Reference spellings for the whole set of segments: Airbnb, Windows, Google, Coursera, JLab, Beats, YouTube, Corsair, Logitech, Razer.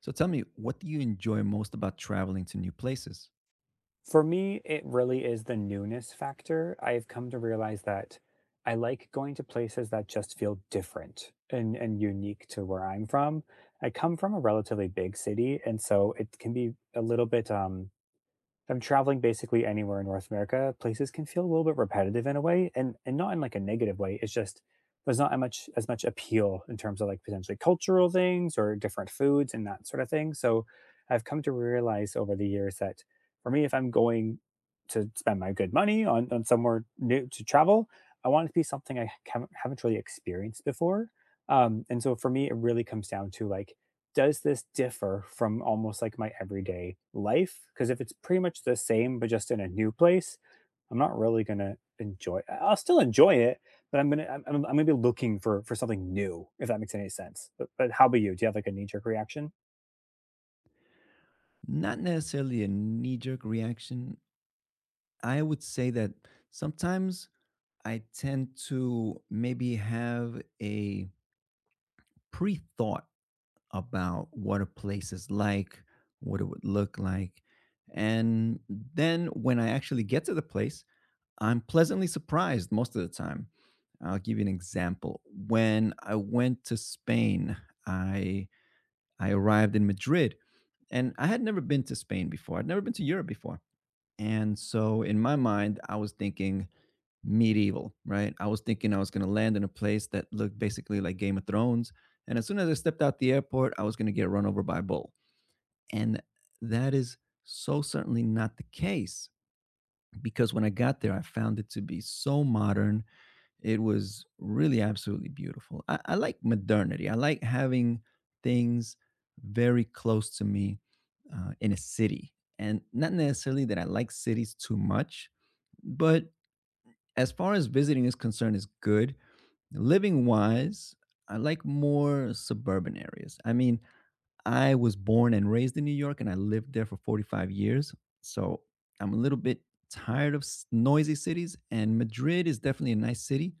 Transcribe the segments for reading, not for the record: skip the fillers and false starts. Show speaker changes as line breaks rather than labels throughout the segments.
So tell me, what do you enjoy most about traveling to new places?
For me, it really is the newness factor. I've come to realize that I like going to places that just feel different and unique to where I'm from. I come from a relatively big city, and so it can be a little bit I'm traveling basically anywhere in North America, places can feel a little bit repetitive in a way, and not in like a negative way. It's just there's not as much appeal in terms of like potentially cultural things or different foods and that sort of thing. So I've come to realize over the years that for me, if I'm going to spend my good money on somewhere new to travel, I want it to be something I haven't really experienced before. And so for me, it really comes down to like does this differ from almost like my everyday life? Because if it's pretty much the same, but just in a new place, I'm not really gonna enjoy. I will still enjoy it, but I'm gonna be looking for something new, if that makes any sense. But how about you? Do you have like a knee jerk reaction?
Not necessarily a knee jerk reaction. I would say that sometimes I tend to maybe have a pre thought about what a place is like, what it would look like. And then when I actually get to the place, I'm pleasantly surprised most of the time. I'll give you an example. When I went to Spain, I I arrived in Madrid. And I had never been to Spain before. I'd never been to Europe before. And so in my mind, I was thinking medieval, right? I was thinking I was going to land in a place that looked basically like Game of Thrones. And as soon as I stepped out the airport, I was going to get run over by a bull. And that is so certainly not the case, because when I got there, I found it to be so modern, it was really absolutely beautiful. I like modernity. I like having things very close to me in a city. And not necessarily that I like cities too much, but as far as visiting is concerned, is good. Living wise, I like more suburban areas. I mean, I was born and raised in New York and I lived there for 45 years. So I'm a little bit tired of noisy cities, and Madrid is definitely a nice city,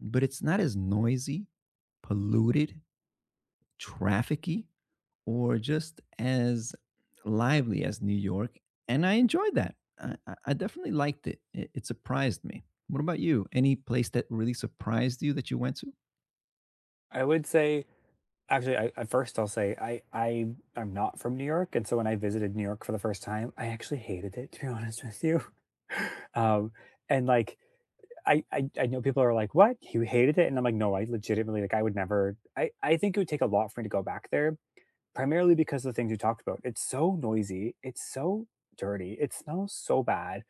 but it's not as noisy, polluted, trafficky, or just as lively as New York. And I enjoyed that. I definitely liked it. It surprised me. What about you? Any place that really surprised you that you went to?
I would say, actually, at first I'll say I'm not from New York, and so when I visited New York for the first time, I actually hated it. To be honest with you, um, and like I know people are like, "What? You hated it?" And I'm like, "No, I legitimately like I would never. I think it would take a lot for me to go back there, primarily because of the things you talked about. It's so noisy. It's so dirty. It smells so bad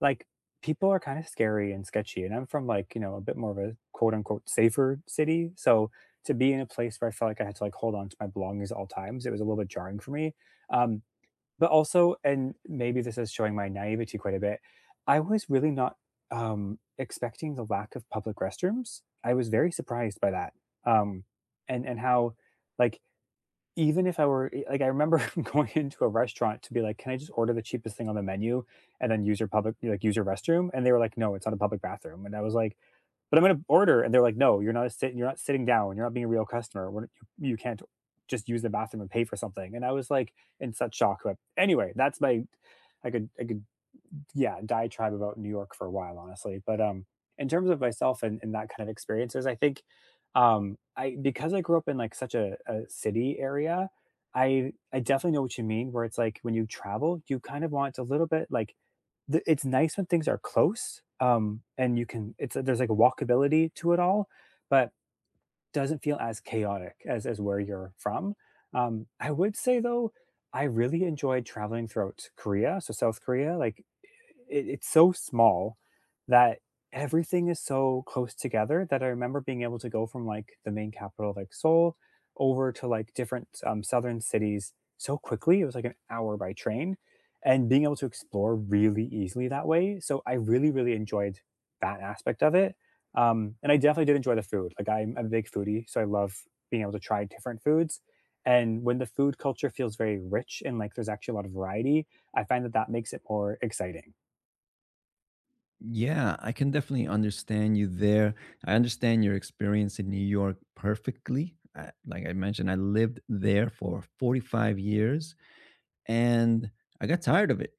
like people are kind of scary and sketchy, and I'm from like, a bit more of a quote unquote safer city, so to be in a place where I felt like I had to like hold on to my belongings at all times, it was a little bit jarring for me. Um but also, and maybe this is showing my naivety quite a bit, I was really not expecting the lack of public restrooms. I was very surprised by that. Um and and how, like, even if I were like, I remember going into a restaurant to be like, "Can I just order the cheapest thing on the menu and then use your restroom?" And they were like, "No, it's not a public bathroom." And I was like, "But I'm gonna order," and they're like, "No, you're not sitting. You're not sitting down. You're not being a real customer. You can't just use the bathroom and pay for something." And I was like in such shock. But anyway, that's my. I could, yeah, diatribe about New York for a while, honestly. But in terms of myself and that kind of experiences, I think I because I grew up in like such a city area, I definitely know what you mean. Where it's like when you travel, you kind of want a little bit like it's nice when things are close, and you can it's there's like a walkability to it all, but doesn't feel as chaotic as where you're from. I would say though, I really enjoyed traveling throughout Korea. So South Korea, like it's so small that everything is so close together that I remember being able to go from like the main capital, like Seoul, over to like different southern cities so quickly. It was like an hour by train, and being able to explore really easily that way. So I really, really enjoyed that aspect of it. And I definitely did enjoy the food. Like I'm a big foodie, so I love being able to try different foods. And when the food culture feels very rich and like there's actually a lot of variety, I find that that makes it more exciting.
Yeah, I can definitely understand you there. I understand your experience in New York perfectly. I, like I mentioned, I lived there for 45 years and I got tired of it.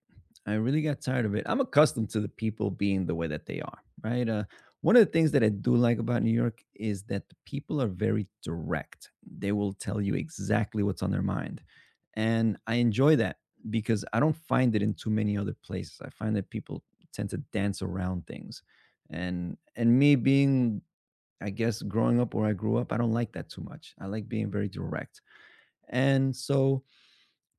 I really got tired of it. I'm accustomed to the people being the way that they are, right? One of the things that I do like about New York is that the people are very direct. They will tell you exactly what's on their mind. And I enjoy that because I don't find it in too many other places. I find that people tend to dance around things. And me being, I guess, growing up where I grew up, I don't like that too much. I like being very direct. And so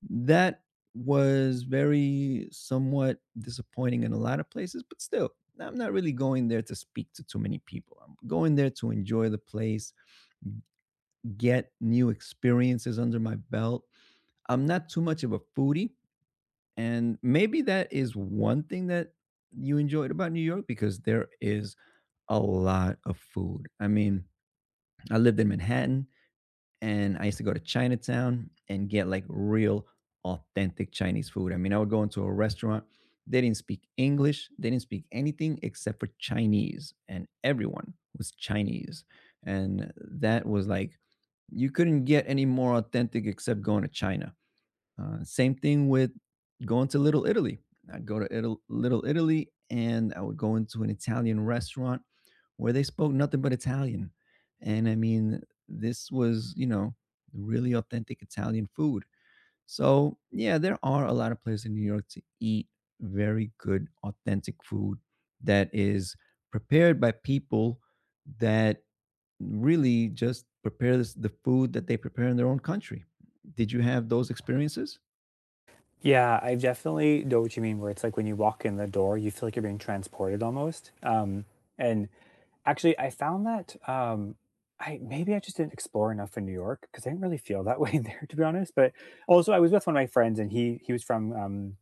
that was very somewhat disappointing in a lot of places, but still, I'm not really going there to speak to too many people. I'm going there to enjoy the place, get new experiences under my belt. I'm not too much of a foodie, and maybe that is one thing that you enjoyed about New York, because there is a lot of food. I mean, I lived in Manhattan and I used to go to Chinatown and get like real authentic Chinese food. I mean, I would go into a restaurant, they didn't speak English, they didn't speak anything except for Chinese, and everyone was Chinese. And that was like, you couldn't get any more authentic except going to China. Same thing with going to Little Italy. I'd go to Little Italy and I would go into an Italian restaurant where they spoke nothing but Italian. And I mean, this was, you know, really authentic Italian food. So, yeah, there are a lot of places in New York to eat very good, authentic food that is prepared by people that really just prepare this, the food that they prepare in their own country. Did you have those experiences?
Yeah, I definitely know what you mean. Where it's like when you walk in the door, you feel like you're being transported almost. And actually, I found that I maybe I just didn't explore enough in New York because I didn't really feel that way there, to be honest. But also, I was with one of my friends, and he was from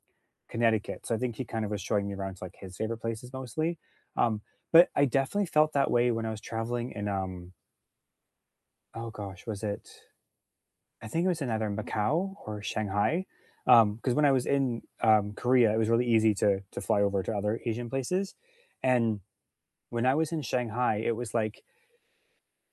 Connecticut. So I think he kind of was showing me around to like his favorite places mostly. Um, but I definitely felt that way when I was traveling in oh gosh, was it, I think it was in either Macau or Shanghai. Because when I was in Korea, it was really easy to fly over to other Asian places. And when I was in Shanghai, it was like,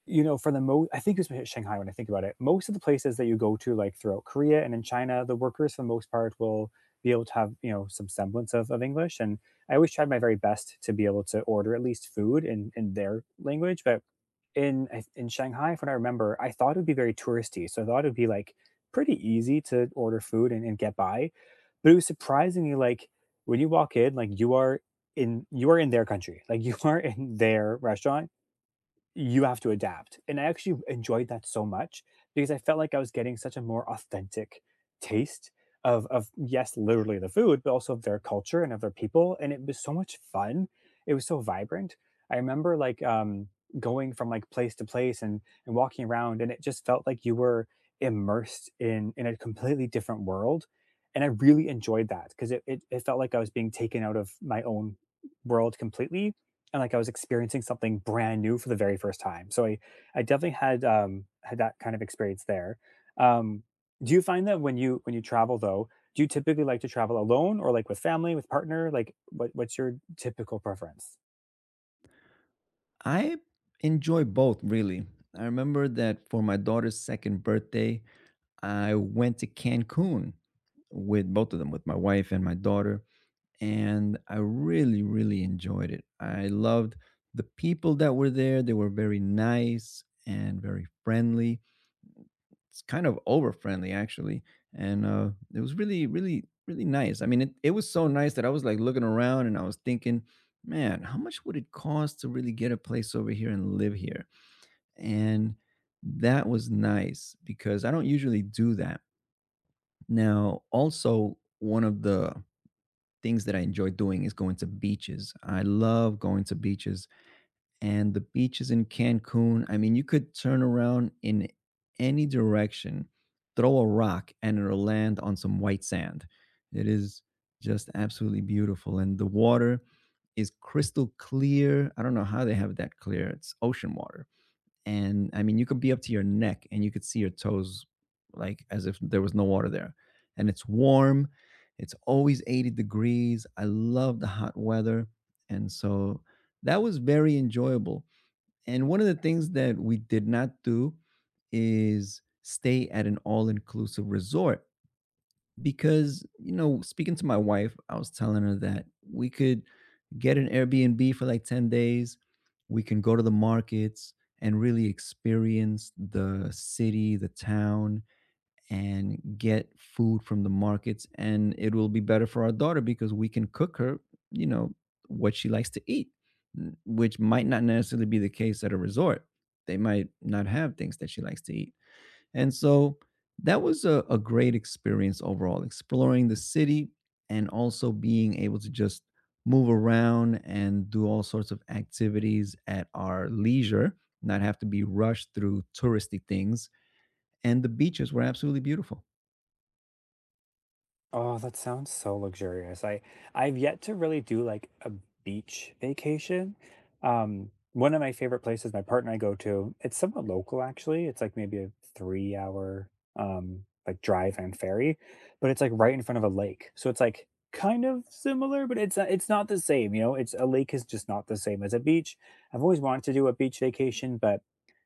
you know, for the most, I think it was Shanghai when I think about it. Most of the places that you go to, like, throughout Korea and in China, the workers for the most part will be able to have, you know, some semblance of English, and I always tried my very best to be able to order at least food in their language, but in Shanghai, from what I remember, I thought it would be very touristy, so I thought it would be, like, pretty easy to order food and get by, but it was surprisingly, like, when you walk in, like, you are in their country, like, you are in their restaurant, you have to adapt. And I actually enjoyed that so much because I felt like I was getting such a more authentic taste of yes, literally the food, but also of their culture and of their people. And it was so much fun. It was so vibrant. I remember like going from like place to place and walking around and it just felt like you were immersed in a completely different world. And I really enjoyed that because it felt like I was being taken out of my own world completely and like I was experiencing something brand new for the very first time. So I definitely had had that kind of experience there. Um do you find that when you travel though, do you typically like to travel alone or like with family, with partner? Like what's your typical preference?
I enjoy both, really. I remember that for my daughter's second birthday, I went to Cancun with both of them, with my wife and my daughter, and I really, really enjoyed it. I loved the people that were there. They were very nice and very friendly. It's kind of over friendly, actually. And it was really, really, really nice. I mean, it was so nice that I was like looking around and I was thinking, man, how much would it cost to really get a place over here and live here? And that was nice because I don't usually do that. Now, also, one of the things that I enjoy doing is going to beaches. I love going to beaches and the beaches in Cancun. I mean, you could turn around in any direction, throw a rock, and it'll land on some white sand. It is just absolutely beautiful. And the water is crystal clear. I don't know how they have it that clear. It's ocean water, and I mean you could be up to your neck and you could see your toes like as if there was no water there. And it's warm. It's always 80 degrees. I love the hot weather. And so that was very enjoyable. And one of the things that we did not do is stay at an all-inclusive resort because, you know, speaking to my wife, I was telling her that we could get an Airbnb for like 10 days. We can go to the markets and really experience the city, the town, and get food from the markets. And it will be better for our daughter because we can cook her, you know, what she likes to eat, which might not necessarily be the case at a resort. They might not have things that she likes to eat. And so that was a great experience overall, exploring the city and also being able to just move around and do all sorts of activities at our leisure, not have to be rushed through touristy things. And the beaches were absolutely beautiful.
Oh, that sounds so luxurious. I've yet to really do like a beach vacation. One of my favorite places my partner and I go to, it's somewhat local actually. It's like maybe a 3-hour like drive and ferry, but it's like right in front of a lake. So it's like kind of similar, but it's not the same. It's a lake is just not the same as a beach. I've always wanted to do a beach vacation, but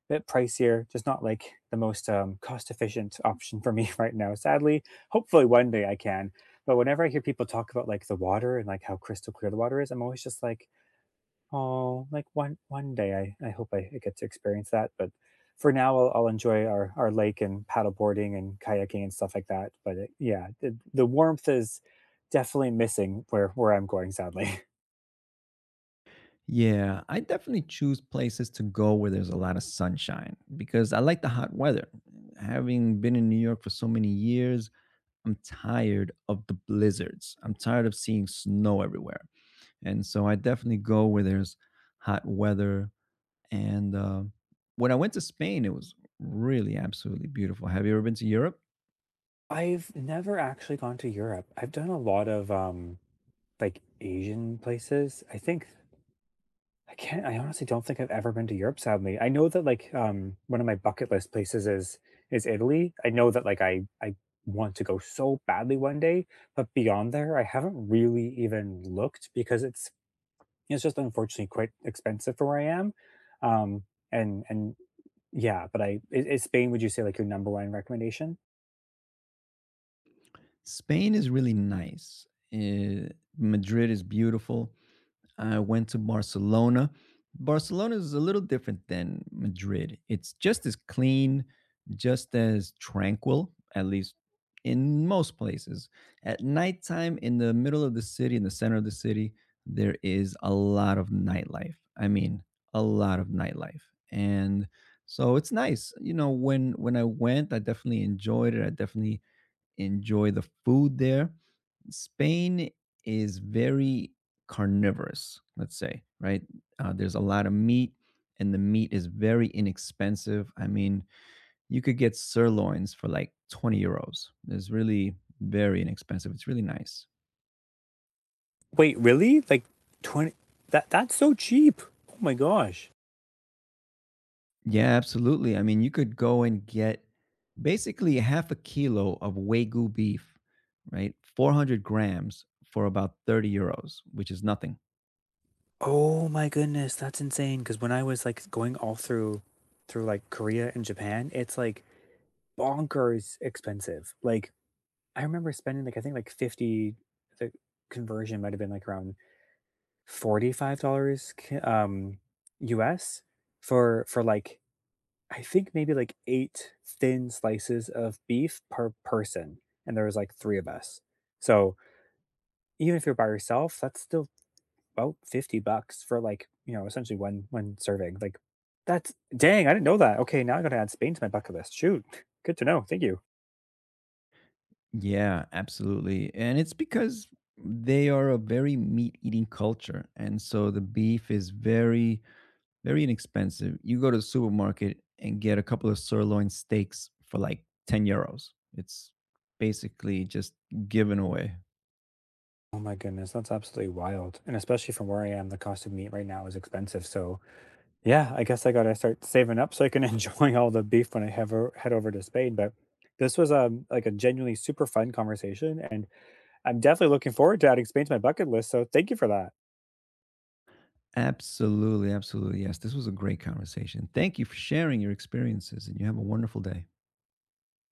bit pricier, just not like the most cost efficient option for me right now, sadly. Hopefully one day I can. But whenever I hear people talk about like the water and like how crystal clear the water is, I'm always just like, oh, like one day I hope I get to experience that. But for now, I'll enjoy our lake and paddle boarding and kayaking and stuff like that. But yeah, the warmth is definitely missing where I'm going, sadly.
Yeah, I definitely choose places to go where there's a lot of sunshine because I like the hot weather. Having been in New York for so many years, I'm tired of the blizzards. I'm tired of seeing snow everywhere. And so I definitely go where there's hot weather. And when I went to Spain, it was really absolutely beautiful. Have you ever been to Europe?
I've never actually gone to Europe. I've done a lot of like Asian places. I think I can't. I honestly don't think I've ever been to Europe. Sadly, I know that like one of my bucket list places is Italy. I know that like I want to go so badly one day, but beyond there, I haven't really even looked because it's just unfortunately quite expensive for where I am. Um, and yeah, but I is Spain, would you say, like, your number one recommendation?
Spain is really nice. Eh, Madrid is beautiful. I went to Barcelona. Barcelona is a little different than Madrid. It's just as clean, just as tranquil, at least in most places. At nighttime, in the middle of the city, in the center of the city, there is a lot of nightlife. I mean, a lot of nightlife. And so it's nice. You know, when I went, I definitely enjoyed it. I definitely enjoy the food there. Spain is very carnivorous, let's say, right? There's a lot of meat, and the meat is very inexpensive. I mean, you could get sirloins for like €20. It's really very inexpensive. It's really nice.
Wait, really? Like 20? That's so cheap. Oh my gosh.
Yeah, absolutely. I mean, you could go and get basically half a kilo of Wagyu beef, right? 400 grams for about €30, which is nothing.
Oh my goodness, that's insane. Because when I was like going all through like Korea and Japan, it's like bonkers expensive. Like I remember spending like I think like 50, the conversion might have been like around $45 ca- um US for like I think maybe like eight thin slices of beef per person. And there was like three of us. So even if you're by yourself, that's still about 50 bucks for like, essentially one serving. Like that's dang, I didn't know that. Okay, now I gotta add Spain to my bucket list. Shoot. Good to know. Thank you.
Yeah, absolutely. And it's because they are a very meat-eating culture. And so the beef is very, very inexpensive. You go to the supermarket and get a couple of sirloin steaks for like €10. It's basically just given away.
Oh my goodness, that's absolutely wild. And especially from where I am, the cost of meat right now is expensive. So yeah, I guess I gotta start saving up so I can enjoy all the beef when I have head over to Spain. But this was like a genuinely super fun conversation, and I'm definitely looking forward to adding Spain to my bucket list. So thank you for that.
Absolutely, absolutely. Yes, this was a great conversation. Thank you for sharing your experiences, and you have a wonderful day.